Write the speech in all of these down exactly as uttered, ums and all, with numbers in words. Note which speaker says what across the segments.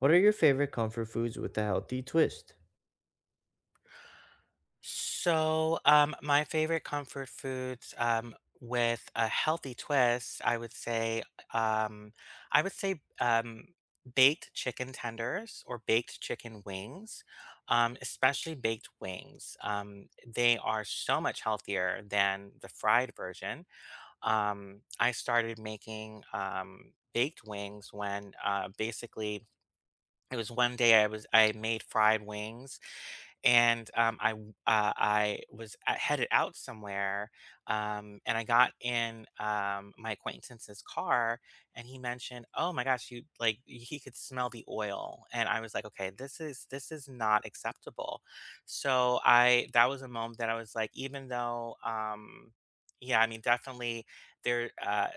Speaker 1: What are your favorite comfort foods with a healthy twist?
Speaker 2: So, um, my favorite comfort foods, um, with a healthy twist, I would say, um, I would say, um, baked chicken tenders or baked chicken wings, um, especially baked wings. Um, they are so much healthier than the fried version. Um, I started making, um, baked wings when, uh, basically it was one day I was, I made fried wings and um, I w- uh, I was a- headed out somewhere, um, and I got in um, my acquaintance's car, and he mentioned, "Oh my gosh, you like he could smell the oil," and I was like, "Okay, this is this is not acceptable." So I that was a moment that I was like, even though. Um, yeah, I mean, definitely. They're, uh,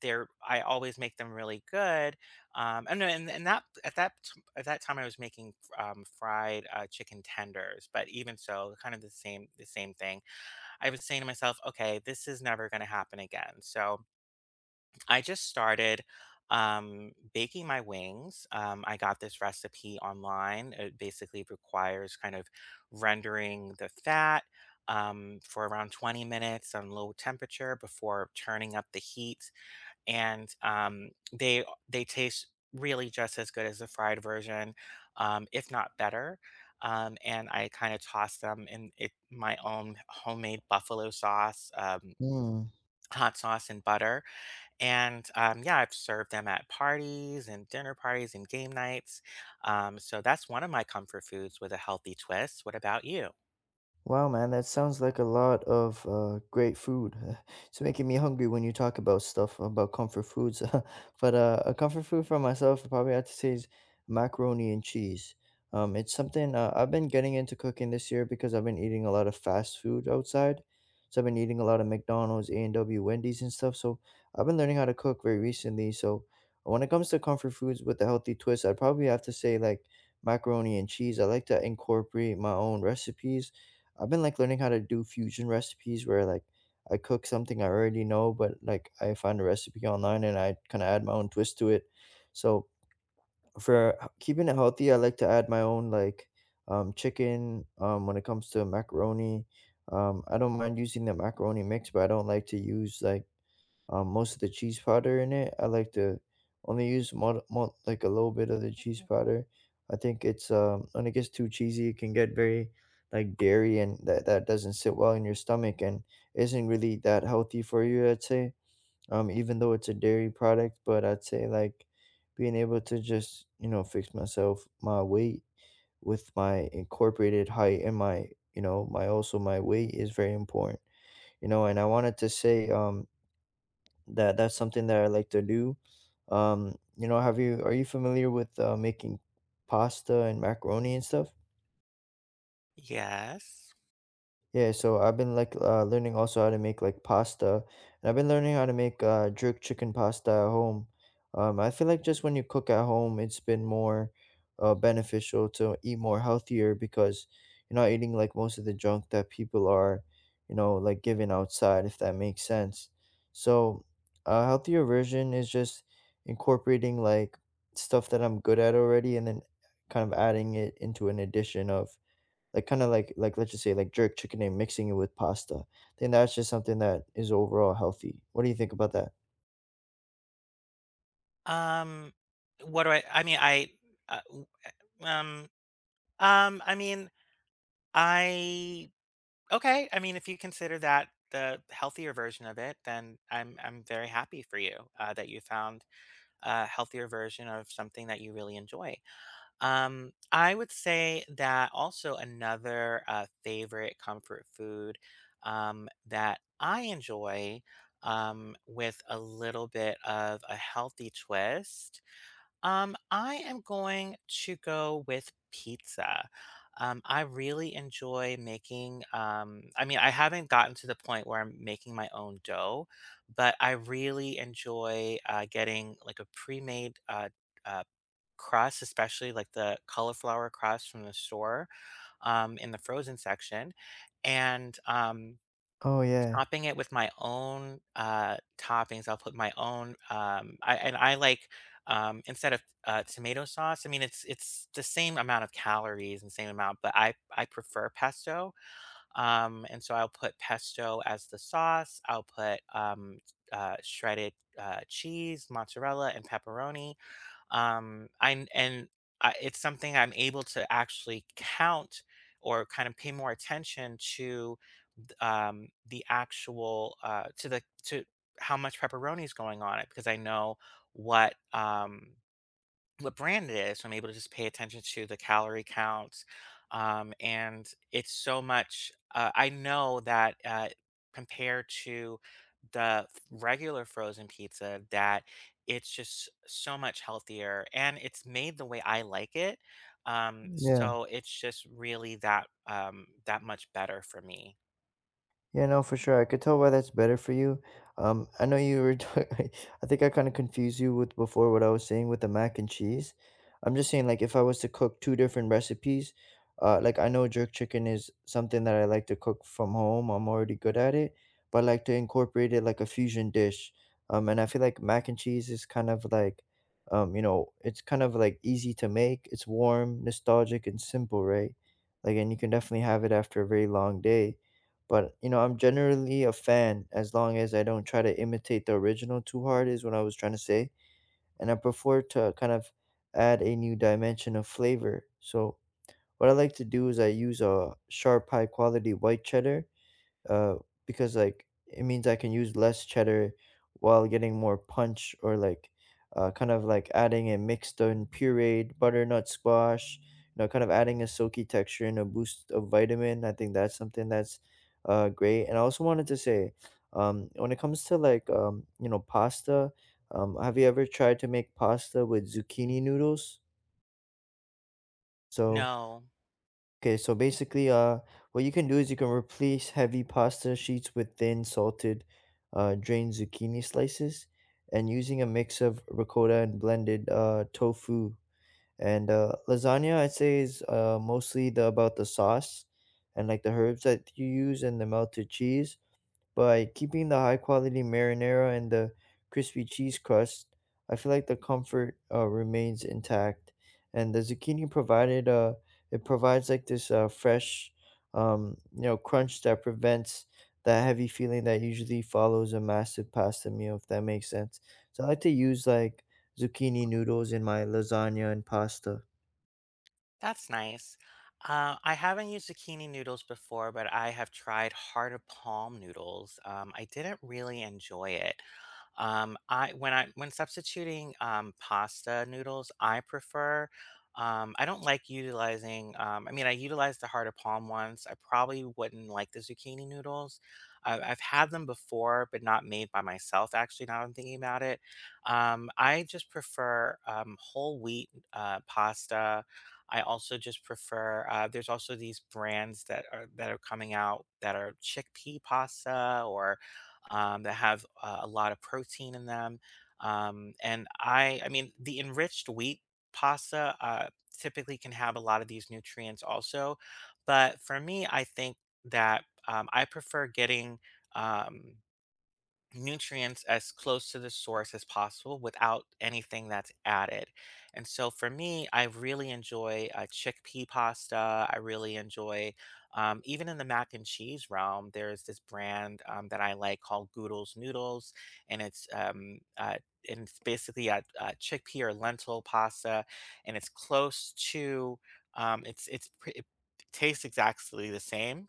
Speaker 2: they're. I always make them really good, um, and and and that at that t- at that time I was making um, fried uh, chicken tenders, but even so, kind of the same the same thing. I was saying to myself, okay, this is never going to happen again. So I just started um baking my wings. um I got this recipe online. It basically requires kind of rendering the fat um for around twenty minutes on low temperature before turning up the heat. And um, they uh, they taste really just as good as the fried version, um, if not better. Um, and I kind of toss them in it, my own homemade buffalo sauce, um,
Speaker 1: Hmm.
Speaker 2: hot sauce, and butter. And um, yeah, I've served them at parties and dinner parties and game nights. Um, so that's one of my comfort foods with a healthy twist. What about you?
Speaker 1: Wow, man, that sounds like a lot of uh, great food. It's making me hungry when you talk about stuff about comfort foods. But uh, a comfort food for myself, I probably have to say is macaroni and cheese. Um, it's something uh, I've been getting into cooking this year because I've been eating a lot of fast food outside. So I've been eating a lot of McDonald's, A and W, Wendy's, and stuff. So I've been learning how to cook very recently. So when it comes to comfort foods with a healthy twist, I'd probably have to say like macaroni and cheese. I like to incorporate my own recipes. I've been like learning how to do fusion recipes where like I cook something I already know, but like I find a recipe online and I kind of add my own twist to it. So for h- keeping it healthy, I like to add my own like um, chicken um, when it comes to macaroni. Um, I don't mind using the macaroni mix, but I don't like to use like um, most of the cheese powder in it. I like to only use mod, mod, like a little bit of the cheese powder. I think it's um, when it gets too cheesy, it can get very like dairy, and that that doesn't sit well in your stomach and isn't really that healthy for you. I'd say, um, even though it's a dairy product, but I'd say like being able to just you know fix myself my weight with my incorporated height and my you know my also my weight is very important you know and I wanted to say um that that's something that I like to do. Um, you know, have you are you familiar with uh, making pasta and macaroni and stuff?
Speaker 2: Yes.
Speaker 1: Yeah, so I've been like uh, learning also how to make like pasta, and I've been learning how to make uh, jerk chicken pasta at home. Um, I feel like just when you cook at home, it's been more uh, beneficial to eat more healthier because you're not eating like most of the junk that people are, you know, like giving outside, if that makes sense. So a healthier version is just incorporating like stuff that I'm good at already, and then kind of adding it into an addition of like, kinda like like, let's just say, like, jerk chicken and mixing it with pasta. Then that's just something that is overall healthy. What do you think about that?
Speaker 2: Um, what do I? I mean, I. Uh, w- um. Um. I mean, I okay. I mean, if you consider that the healthier version of it, then I'm I'm very happy for you, uh, that you found a healthier version of something that you really enjoy. Um, I would say that also another, uh, favorite comfort food um, that I enjoy um, with a little bit of a healthy twist, um, I am going to go with pizza. Um, I really enjoy making, um, I mean, I haven't gotten to the point where I'm making my own dough, but I really enjoy uh, getting like a pre-made uh, uh, crust, especially like the cauliflower crust from the store, um, in the frozen section. And um,
Speaker 1: Oh, yeah.
Speaker 2: topping it with my own, uh, toppings, I'll put my own, um I and I like, um, instead of, uh, tomato sauce, I mean, it's it's the same amount of calories and same amount, but I I prefer pesto, um, and so I'll put pesto as the sauce. I'll put, um, uh, shredded, uh, cheese, mozzarella, and pepperoni, um, I and I, it's something I'm able to actually count or kind of pay more attention to, th- um, the actual, uh, to the to how much pepperoni is going on it, because I know what um, what brand it is, so I'm able to just pay attention to the calorie counts. Um, and it's so much, uh, I know that, uh, compared to the f- regular frozen pizza, that it's just so much healthier and it's made the way I like it. Um,
Speaker 1: Yeah.
Speaker 2: so it's just really that um, that much better for me.
Speaker 1: Yeah, no, for sure. I could tell why that's better for you. Um, I know you were doing, I think I kind of confused you with before what I was saying with the mac and cheese. I'm just saying, like, if I was to cook two different recipes, uh, like, I know jerk chicken is something that I like to cook from home. I'm already good at it, but I like to incorporate it like a fusion dish. Um, and I feel like mac and cheese is kind of like, um, you know, it's kind of like easy to make. It's warm, nostalgic, and simple, right? Like, and you can definitely have it after a very long day but, you know, I'm generally a fan as long as I don't try to imitate the original too hard is what I was trying to say, and I prefer to kind of add a new dimension of flavor. So, what I like to do is I use a sharp, high quality white cheddar uh, because like it means I can use less cheddar while getting more punch or like uh, kind of like adding a mixed and pureed butternut squash, you know, kind of adding a silky texture and a boost of vitamin. I think that's something that's uh, great. And I also wanted to say, um, when it comes to like um, you know pasta, um, have you ever tried to make pasta with zucchini noodles? So
Speaker 2: No,
Speaker 1: okay, so basically, uh, what you can do is you can replace heavy pasta sheets with thin, salted, uh, drained zucchini slices, and using a mix of ricotta and blended uh, tofu. And uh, lasagna, I'd say, is uh, mostly the, about the sauce and like the herbs that you use and the melted cheese. By keeping the high quality marinara and the crispy cheese crust, I feel like the comfort uh, remains intact. And the zucchini provided uh, it provides like this uh, fresh, um, you know, crunch that prevents that heavy feeling that usually follows a massive pasta meal, if that makes sense. So I like to use like zucchini noodles in my lasagna and pasta.
Speaker 2: that's nice. Uh, I haven't used zucchini noodles before, but I have tried hard to palm noodles. Um, I didn't really enjoy it. Um, I when I When substituting um, pasta noodles, I prefer. Um, I don't like utilizing. Um, I mean, I utilized the heart of palm once. I probably wouldn't like the zucchini noodles. I, I've had them before, but not made by myself. Actually, now that I'm thinking about it, um, I just prefer, um, whole wheat uh, pasta. I also just prefer, uh, there's also these brands that are that are coming out that are chickpea pasta, or um, that have uh, a lot of protein in them. Um, and I I mean the enriched wheat pasta uh, typically can have a lot of these nutrients also, but for me I think that, um, I prefer getting, um, nutrients as close to the source as possible without anything that's added. And so for me, I really enjoy uh, chickpea pasta. I really enjoy, um, even in the mac and cheese realm, there's this brand, um, that I like called Goodles Noodles, and it's um, uh, and it's basically a, a chickpea or lentil pasta, and it's close to um, it's it's pre- it tastes exactly the same.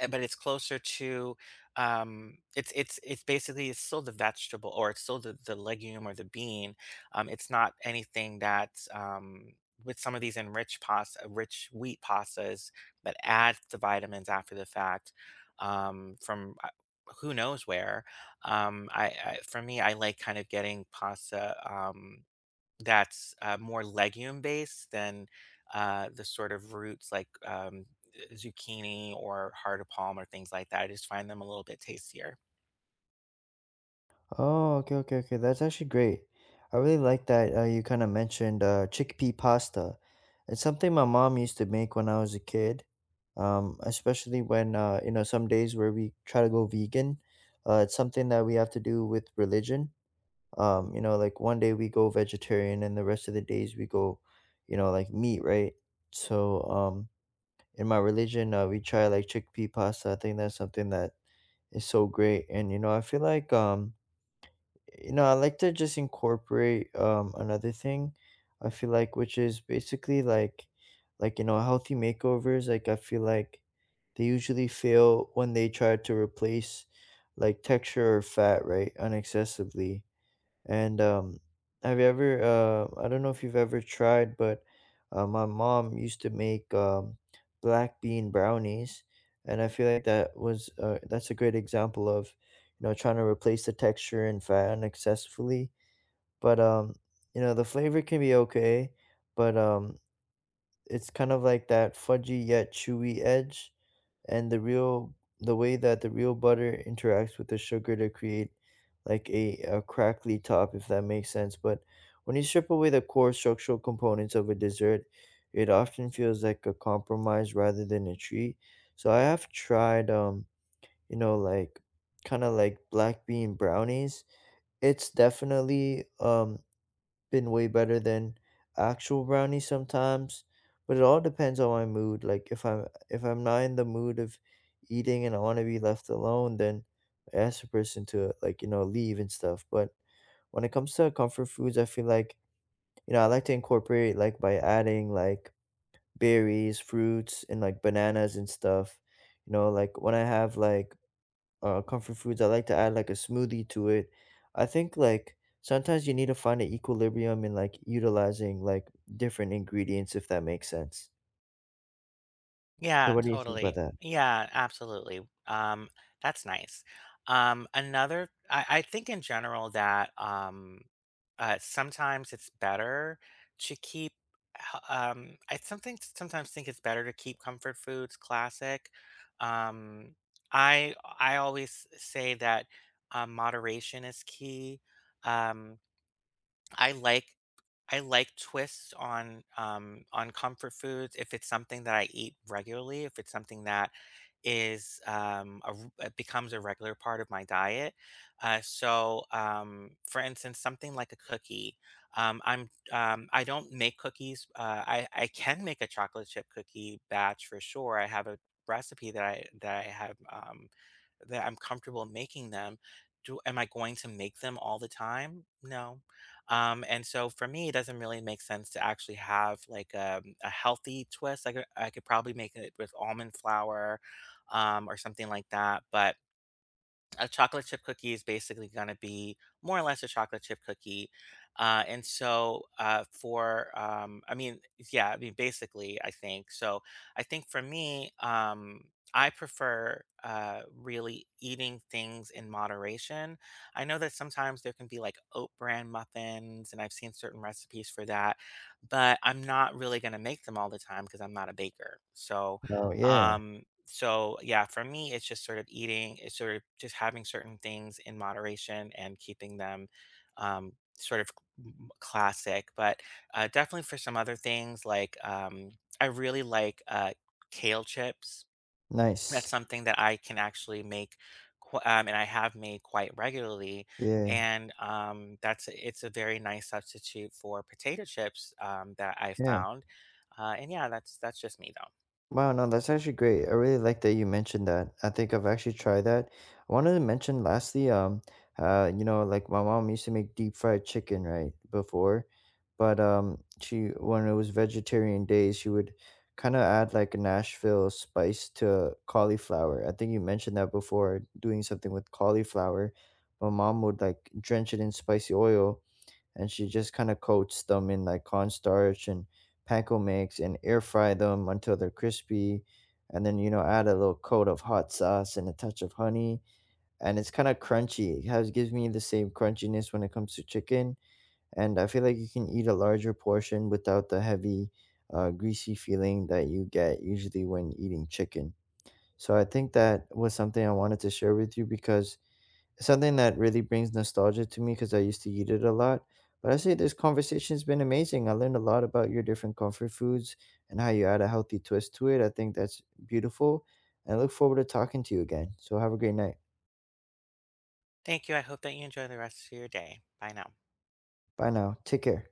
Speaker 2: Eh, but it's closer to, um, it's it's it's basically it's still the vegetable, or it's still the the legume or the bean. Um, it's not anything that, um, with some of these enriched pasta, rich wheat pastas that add the vitamins after the fact, um, from, uh, who knows where. Um, I, I for me, I like kind of getting pasta, Um, that's, uh, more legume based than, uh, the sort of roots like, um, zucchini or heart of palm or things like that. I just find them a little bit tastier.
Speaker 1: Oh, okay, okay, okay. That's actually great. I really like that uh, you kind of mentioned uh, chickpea pasta. It's something my mom used to make when I was a kid, um, especially when uh, you know some days where we try to go vegan. Uh, it's something that we have to do with religion. Um, you know, like one day we go vegetarian, and the rest of the days we go, you know, like meat, right? So, um, in my religion, uh, we try like chickpea pasta. I think that's something that is so great, and you know, I feel like um you know, I like to just incorporate um another thing I feel like which is basically like like you know healthy makeovers like I feel like they usually fail when they try to replace like texture or fat right unaccessibly and um, have you ever, uh, I don't know if you've ever tried, but uh, my mom used to make um, black bean brownies. And I feel like that was, uh, that's a great example of, you know, trying to replace the texture and fat unsuccessfully. But, um, you know, the flavor can be okay, but um, it's kind of like that fudgy yet chewy edge and the real the way that the real butter interacts with the sugar to create like a, a crackly top if that makes sense but when you strip away the core structural components of a dessert it often feels like a compromise rather than a treat. So I have tried um you know like kind of like black bean brownies. It's definitely um been way better than actual brownies sometimes, but it all depends on my mood. Like if I'm if I'm not in the mood of eating and I want to be left alone, then I ask the person to like, you know, leave and stuff. But when it comes to comfort foods, I feel like, you know, I like to incorporate like by adding like berries, fruits, and like bananas and stuff. You know, like when I have like uh, comfort foods, I like to add like a smoothie to it. I think like sometimes you need to find an equilibrium in like utilizing like different ingredients, if that makes sense. So
Speaker 2: Yeah,
Speaker 1: what do you think about
Speaker 2: totally.
Speaker 1: that?
Speaker 2: Yeah, absolutely. Um, that's nice. Um, another, I, I think in general that, um, uh, sometimes it's better to keep. H- Um, I something sometimes think it's better to keep comfort foods classic. Um, I I always say that, um, moderation is key. Um, I like I like twists on, um, on comfort foods if it's something that I eat regularly, if it's something that is, um, a r uh, becomes a regular part of my diet. Uh, so, um, for instance, something like a cookie, um, I'm um, I don't make cookies. uh, I I can make a chocolate chip cookie batch for sure. I have a recipe that I that I have, um, that I'm comfortable making them. Do Am I going to make them all the time? No. Um, and so for me, it doesn't really make sense to actually have like a, a healthy twist. Like, I could, I could probably make it with almond flour, um, or something like that. But a chocolate chip cookie is basically going to be more or less a chocolate chip cookie. Uh, and so, uh, for, um, I mean, yeah, I mean, basically, I think. So, I think for me, um, I prefer uh, really eating things in moderation. I know that sometimes there can be like oat bran muffins, and I've seen certain recipes for that, but I'm not really going to make them all the time because I'm not a baker. So,
Speaker 1: Oh yeah,
Speaker 2: um so yeah, for me, it's just sort of eating, it's sort of just having certain things in moderation and keeping them, um, sort of m- classic. But, uh, definitely for some other things, like, um, I really like, uh, kale chips. That's
Speaker 1: nice.
Speaker 2: something that I can actually make, qu- um, and I have made quite regularly.
Speaker 1: Yeah,
Speaker 2: And um, that's it's a very nice substitute for potato chips, um, that I
Speaker 1: yeah.
Speaker 2: found. Uh, and yeah, that's that's just me though.
Speaker 1: Wow, no, that's actually great. I really like that you mentioned that. I think I've actually tried that. I wanted to mention lastly, um, uh, you know, like my mom used to make deep fried chicken, right, before, but um, she when it was vegetarian days, she would kind of add like a Nashville spice to cauliflower. I think you mentioned that before, doing something with cauliflower. My mom would like drench it in spicy oil and she just kind of coats them in like cornstarch and panko mix and air fry them until they're crispy and then you know add a little coat of hot sauce and a touch of honey and it's kind of crunchy it has gives me the same crunchiness when it comes to chicken and I feel like you can eat a larger portion without the heavy uh, greasy feeling that you get usually when eating chicken so I think that was something I wanted to share with you because something that really brings nostalgia to me because I used to eat it a lot. But I say this conversation's been amazing. I learned a lot about your different comfort foods and how you add a healthy twist to it. I think that's beautiful. I look forward to talking to you again. So have a great night.
Speaker 2: Thank you. I hope that you enjoy the rest of your day. Bye now.
Speaker 1: Bye now. Take care.